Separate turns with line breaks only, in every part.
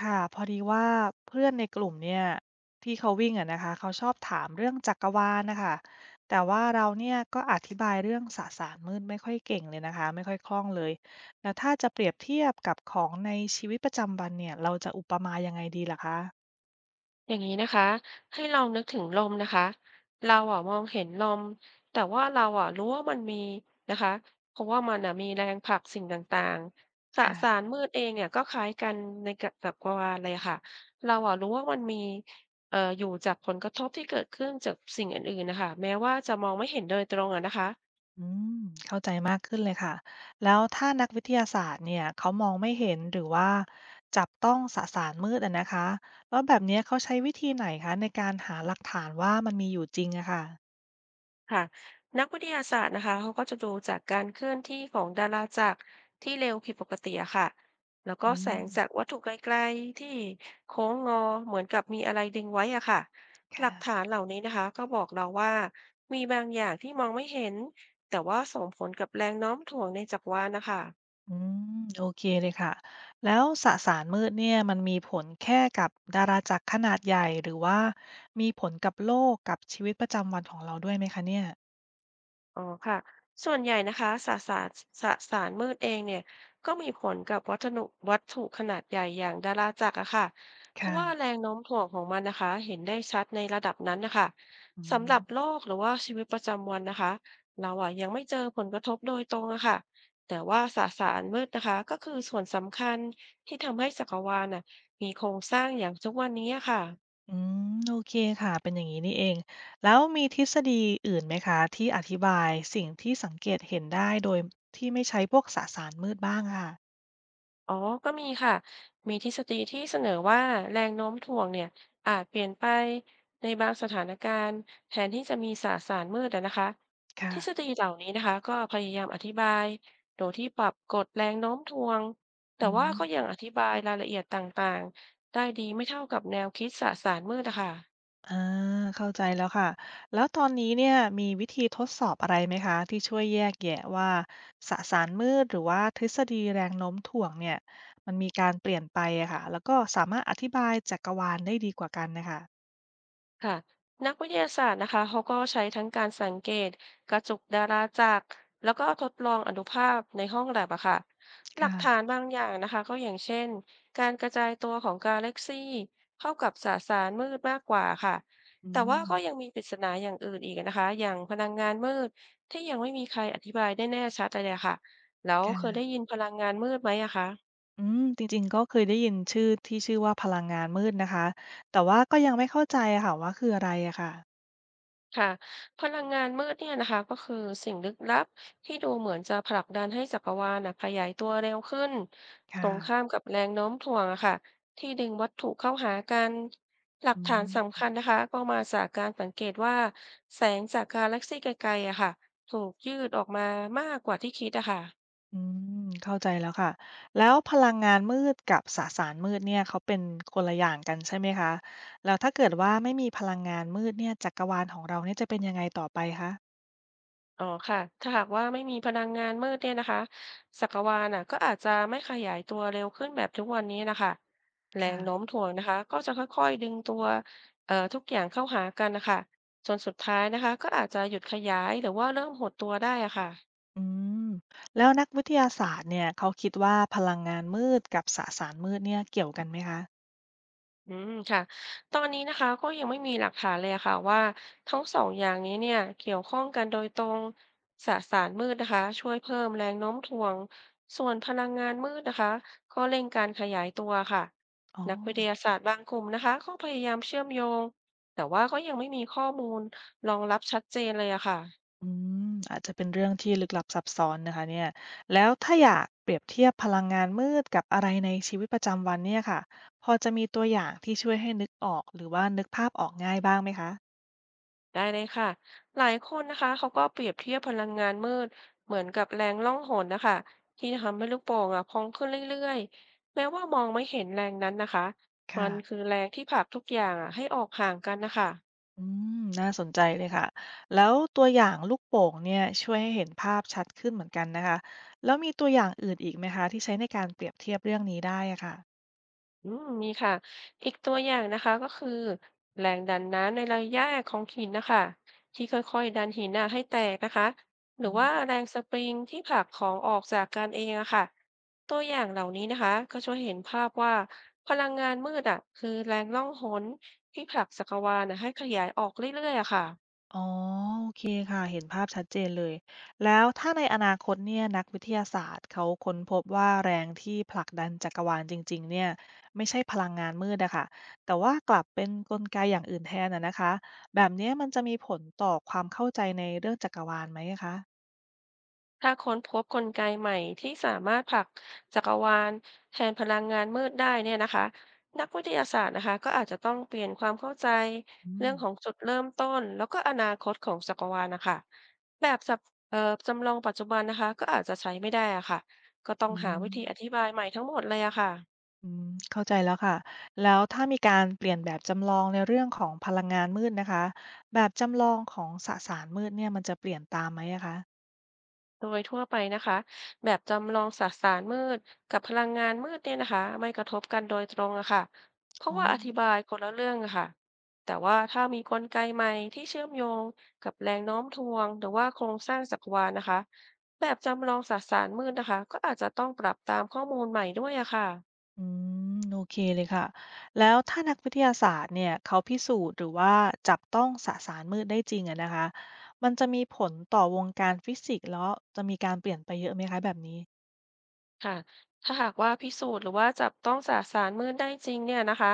ค่ะพอดีว่าเพื่อนในกลุ่มเนี่ยที่เขาวิ่งอะนะคะเขาชอบถามเรื่องจักรวาลนะคะแต่ว่าเราเนี่ยก็อธิบายเรื่องสสารมืดไม่ค่อยเก่งเลยนะคะไม่ค่อยคล่องเลยแล้วถ้าจะเปรียบเทียบกับของในชีวิตประจำวันเนี่ยเราจะอุปมายังไงดีล่ะคะ
อย่างนี้นะคะให้ลองนึกถึงลมนะคะเราอ่ะมองเห็นลมแต่ว่าเราอ่ะรู้ว่ามันมีนะคะเพราะว่ามันอ่ะมีแรงผลักสิ่งต่างๆสสาร
ค่ะ
มืดเองเนี่ยก็คล้ายกันในกับกวางเลยค่ะเราอ่ะรู้ว่ามันมีอยู่จากผลกระทบที่เกิดขึ้นจากสิ่งอื่นๆนะคะแม้ว่าจะมองไม่เห็นโดยตรงอ่ะนะคะ
อืมเข้าใจมากขึ้นเลยค่ะแล้วถ้านักวิทยาศาสตร์เนี่ยเขามองไม่เห็นหรือว่าจับต้องสสารมืดอะนะคะแล้วแบบเนี้ยเขาใช้วิธีไหนคะในการหาหลักฐานว่ามันมีอยู่จริงอะค่ะ
ค่ะนักวิทยาศาสตร์นะคะเขาก็จะดูจากการเคลื่อนที่ของดาราจักรที่เร็วผิดปกติอะค่ะแล้วก็
อื
แส
ม
งจากวัตถุไกลๆที่โค้งงอเหมือนกับมีอะไรดึงไว้อะค่ะหลั
ค่ะ
กฐานเหล่านี้นะคะก็บอกเราว่ามีบางอย่างที่มองไม่เห็นแต่ว่าส่งผลกับแรงโน้มถ่วงในจักรวาลนะคะ
อืมโอเคเลยค่ะ แล้วสสารมืดเนี่ยมันมีผลแค่กับดาราจักรขนาดใหญ่หรือว่ามีผลกับโลกกับชีวิตประจำวันของเราด้วยไหมคะเนี่ย
อ๋อค่ะส่วนใหญ่นะคะสสารมืดเองเนี่ยก็มีผลกับวัตถุขนาดใหญ่อย่างดาราจักรอะค่ะเพราะ
ค่ะ
ว่าแรงโน้มถ่วงของมันนะคะเห็นได้ชัดในระดับนั้นนะคะ
อื
สำห
ม
รับโลกหรือว่าชีวิตประจำวันนะคะเราอะยังไม่เจอผลกระทบโดยตรงอะค่ะแต่ว่าสสารมืดนะคะก็คือส่วนสำคัญที่ทำให้จักรวาลน่ะมีโครงสร้างอย่างทุกวันนี้อะค่ะ
อืมโอเคค่ะ เป็นอย่างงี้นี่เอง แล้วมีทฤษฎีอื่นไหมคะที่อธิบายสิ่งที่สังเกตเห็นได้โดยที่ไม่ใช้พวกสสารมืดบ้างอะค่ะ
อ๋อก็มีค่ะ มีทฤษฎีที่เสนอว่าแรงโน้มถ่วงเนี่ยอาจเปลี่ยนไปในบางสถานการณ์แทนที่จะมีสสารมืดอะนะคะท
ค่ะ
ฤษฎีเหล่านี้นะคะก็พยายามอธิบายโดยที่ปรับกฎแรงโน้มถ่วงแต่
อื
ว่าก็ยัง
ม
อธิบายรายละเอียดต่างๆได้ดีไม่เท่ากับแนวคิดสสารมืดอะค่ะ
อาเข้าใจแล้วค่ะแล้วตอนนี้เนี่ยมีวิธีทดสอบอะไรไหมคะที่ช่วยแยกแยะว่าสสารมืดหรือว่าทฤษฎีแรงโน้มถ่วงเนี่ยมันมีการเปลี่ยนไปอะค่ะแล้วก็สามารถอธิบายจักรวาลได้ดีกว่ากันน่ะค่ะ
ค่ะนักวิทยาศาสตร์นะคะเขาก็ใช้ทั้งการสังเกตกระจุกดาราจักรแล้วก็ทดลองอนุภาคในห้องแลบอะค่ะหลักฐาน
ค่ะ
บางอย่างนะคะก็อย่างเช่นการกระจายตัวของกาแล็กซี่เข้ากับสสารมืดมากกว่าค่ะ
อื
แต่ว่า
ม
ก็ยังมีปริศนาอย่างอื่นอีกนะคะอย่างพลังงานมืดที่ยังไม่มีใครอธิบายได้แน่ชัดเลยอะค่ะแล้วเคย
ค่ะ
ได้ยินพลังงานมืดไหมอะคะ
อืมจริงๆก็เคยได้ยินชื่อที่ชื่อว่าพลังงานมืดนะคะแต่ว่าก็ยังไม่เข้าใจอะค่ะว่าคืออะไรอะค่ะ
ค่ะพลังงานมืดเนี่ยนะคะก็คือสิ่งลึกลับที่ดูเหมือนจะผลักดันให้จักรวาลนะขยายตัวเร็วขึ้นต
ค่ะ
รงข้ามกับแรงโน้มถ่วงอะค่ะที่ดึงวัตถุเข้าหากันหลัก
อื
ฐานสำ
ม
คัญนะคะก็มาจากการสังเกตว่าแสงจากกาแล็กซี่ไกลๆอะค่ะถูกยืดออกมามากกว่าที่คิดอะค่ะ
อืมเข้าใจแล้วค่ะแล้วพลังงานมืดกับสสารมืดเนี่ยเขาเป็นคนละอย่างกันใช่ไหมคะแล้วถ้าเกิดว่าไม่มีพลังงานมืดเนี่ยจักรวาลของเราเนี่ยจะเป็นยังไงต่อไปคะ
อ๋อค่ะถ้าหากว่าไม่มีพลังงานมืดเนี่ยนะคะจักรวาลน่ะก็อาจจะไม่ขยายตัวเร็วขึ้นแบบทุกวันนี้นะคะแรงโน้ม
ค่ะ
ถ่วงนะคะก็จะค่อยๆดึงตัวทุกอย่างเข้าหากันนะคะจนสุดท้ายนะคะก็อาจจะหยุดขยายหรือว่าเริ่มหดตัวได้อะค่ะ
อืมแล้วนักวิทยาศาสตร์เนี่ยเขาคิดว่าพลังงานมืดกับสสารมืดเนี่ยเกี่ยวกันไหมคะ
อืมค่ะตอนนี้นะคะก็ยังไม่มีหลักฐานเลยอะค่ะว่าทั้งสองอย่างนี้เนี่ยเกี่ยวข้องกันโดยตรงสสารมืดนะคะช่วยเพิ่มแรงโน้มถ่วงส่วนพลังงานมืดนะคะก็เร่งการขยายตัวค่ะ
อ๋อ
นักวิทยาศาสตร์บางกลุ่มนะคะก็พยายามเชื่อมโยงแต่ว่าก็ยังไม่มีข้อมูลรองรับชัดเจนเลยอะค่ะ
อืมอาจจะเป็นเรื่องที่ลึกลับซับซ้อนนะคะเนี่ยแล้วถ้าอยากเปรียบเทียบพลังงานมืดกับอะไรในชีวิตประจำวันเนี่ยค่ะพอจะมีตัวอย่างที่ช่วยให้นึกออกหรือว่านึกภาพออกง่ายบ้างไหมคะ
ได้เลยค่ะ หลายคนนะคะเขาก็เปรียบเทียบพลังงานมืดเหมือนกับแรงล่องหนนะคะที่ทำให้ลูกโป่งอ่ะพองขึ้นเรื่อยๆแม้ว่ามองไม่เห็นแรงนั้นนะคะมันคือ
ค่ะ
แรงที่ผลักทุกอย่างอ่ะให้ออกห่างกันนะคะ
อืมน่าสนใจเลยค่ะแล้วตัวอย่างลูกโป่งเนี่ยช่วยให้เห็นภาพชัดขึ้นเหมือนกันนะคะแล้วมีตัวอย่างอื่นอีกไหมคะที่ใช้ในการเปรียบเทียบเรื่องนี้ได้อะค่ะ
อืมมีค่ะอีกตัวอย่างนะคะก็คือแรงดันน้ำในระยะของหินนะคะที่ค่อยๆดันหินน่ะให้แตกนะคะหรือ
อื
ว่า
ม
แรงสปริงที่ผลักของออกจากกันเองอะค่ะตัวอย่างเหล่านี้นะคะก็ช่วยเห็นภาพว่าพลังงานมืดอะคือแรงล่องหนที่ผลักจักรวาลน่ะให้ขยายออกเรื่อยๆอะค่ะ
อ๋อโอเคค่ะ เห็นภาพชัดเจนเลย แล้วถ้าในอนาคตเนี่ยนักวิทยาศาสตร์เขาค้นพบว่าแรงที่ผลักดันจักรวาลจริงๆเนี่ยไม่ใช่พลังงานมืดอะค่ะแต่ว่ากลับเป็นกลไกอย่างอื่นแทนอะนะคะแบบเนี้ยมันจะมีผลต่อความเข้าใจในเรื่องจักรวาลไหมอะคะ
ถ้าค้นพบกลไกใหม่ที่สามารถผลักจักรวาลแทนพลังงานมืดได้เนี่ยนะคะนักวิทยาศาสตร์นะคะก็อาจจะต้องเปลี่ยนความเข้าใจ
อื
เรื่อ
ม
งของจุดเริ่มต้นแล้วก็อนาคตของจักรวาลนะคะแบบเอ่อจำลองปัจจุบันนะคะก็อาจจะใช้ไม่ได้อะค่ะก็ต้อง
อื
หาวิธีอธิ
ม
บายใหม่ทั้งหมดเลยอะค่ะ
อืมเข้าใจแล้วค่ะแล้วถ้ามีการเปลี่ยนแบบจำลองในเรื่องของพลังงานมืดนะคะแบบจำลองของสสารมืดเนี่ยมันจะเปลี่ยนตามไหมอะคะ
โดยทั่วไปนะคะแบบจำลองสสารมืดกับพลังงานมืดเนี่ยนะคะไม่กระทบกันโดยตรงอะค่ะเพราะ
อ๋อ
ว่าอธิบายคนละเรื่องอะค่ะแต่ว่าถ้ามีกลไกใหม่ที่เชื่อมโยงกับแรงโน้มถ่วงหรือว่าโครงสร้างจักรวาลนะคะแบบจำลองสสารมืดนะคะก็อาจจะต้องปรับตามข้อมูลใหม่ด้วยอะค่ะ
อืมโอเคเลยค่ะแล้วถ้านักวิทยาศาสตร์เนี่ยเขาพิสูจน์หรือว่าจับต้องสสารมืดได้จริงอะนะคะมันจะมีผลต่อวงการฟิสิกส์แล้วจะมีการเปลี่ยนไปเยอะไหมคะแบบนี้
ค่ะถ้าหากว่าพิสูจน์หรือว่าจับต้องสสารมืดได้จริงเนี่ยนะคะ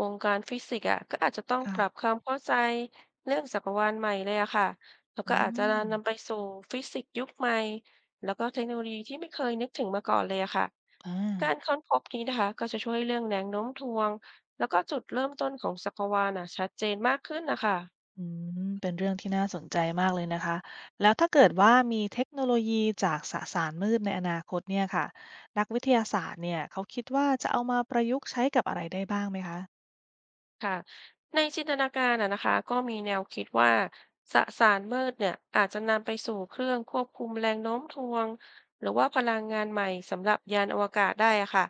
วงการฟิสิกส์อ่ะก็อาจจะต้องป
ค่ะ
รับความเข้าใจเรื่องจักรวาลใหม่เลยอะค่ะแล้วก็
อื
อาจจะ
ม
นำไปสู่ฟิสิกส์ยุคใหม่แล้วก็เทคโนโลยีที่ไม่เคยนึกถึงมาก่อนเลยอะค่ะกา
อา
รค้นพบนี้นะคะก็จะช่วยเรื่องแรงโน้มถ่วง แล้วก็จุดเริ่มต้นของจักรวาลอ่ะชัดเจนมากขึ้นนะคะ
อืมเป็นเรื่องที่น่าสนใจมากเลยนะคะแล้วถ้าเกิดว่ามีเทคโนโลยีจากสสารมืดในอนาคตเนี่ยค่ะนักวิทยาศาสตร์เนี่ยเขาคิดว่าจะเอามาประยุกต์ใช้กับอะไรได้บ้างไหมคะ
ค่ะในจินตนาการอะนะคะก็มีแนวคิดว่าสสารมืดเนี่ยอาจจะนำไปสู่เครื่องควบคุมแรงโน้มถ่วงหรือว่าพลังงานใหม่สำหรับยานอวกาศได้อะค่ะ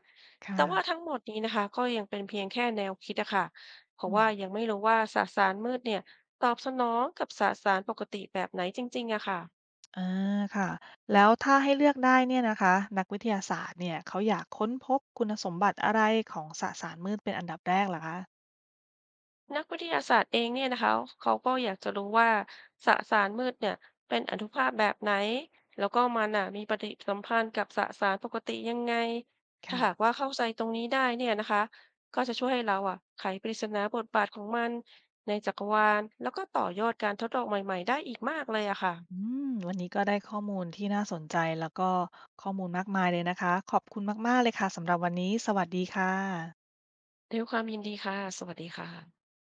แต่
ค่ะ
ว่าทั้งหมดนี้นะคะก็ยังเป็นเพียงแค่แนวคิดอะค่ะเพราะ
อืม
ว่ายังไม่รู้ว่าสสารมืดเนี่ยตอบสนองกับสสารปกติแบบไหนจริงๆอะค่ะ
อาค่ะแล้วถ้าให้เลือกได้เนี่ยนะคะนักวิทยาศาสตร์เนี่ยเขาอยากค้นพบคุณสมบัติอะไรของสสารมืดเป็นอันดับแรกเหรอคะ
นักวิทยาศาสตร์เองเนี่ยนะคะเขาก็อยากจะรู้ว่าสสารมืดเนี่ยเป็นอนุภาคแบบไหนแล้วก็มันอ่ะมีปฏิสัมพันธ์กับสสารปกติยังไงถ้า
ค่ะ
หากว่าเข้าใจตรงนี้ได้เนี่ยนะคะก็จะช่วยให้เราอ่ะไขปริศนาบทบาทของมันในจักรวาลแล้วก็ต่อยอดการทดลองใหม่ๆได้อีกมากเลยอะค่ะ
อืมวันนี้ก็ได้ข้อมูลที่น่าสนใจแล้วก็ข้อมูลมากมายเลยนะคะ ขอบคุณมากๆเลยค่ะสำหรับวันนี้ สวัสดีค่ะ
ด้วยความยินดีค่ะสวัสดีค่ะ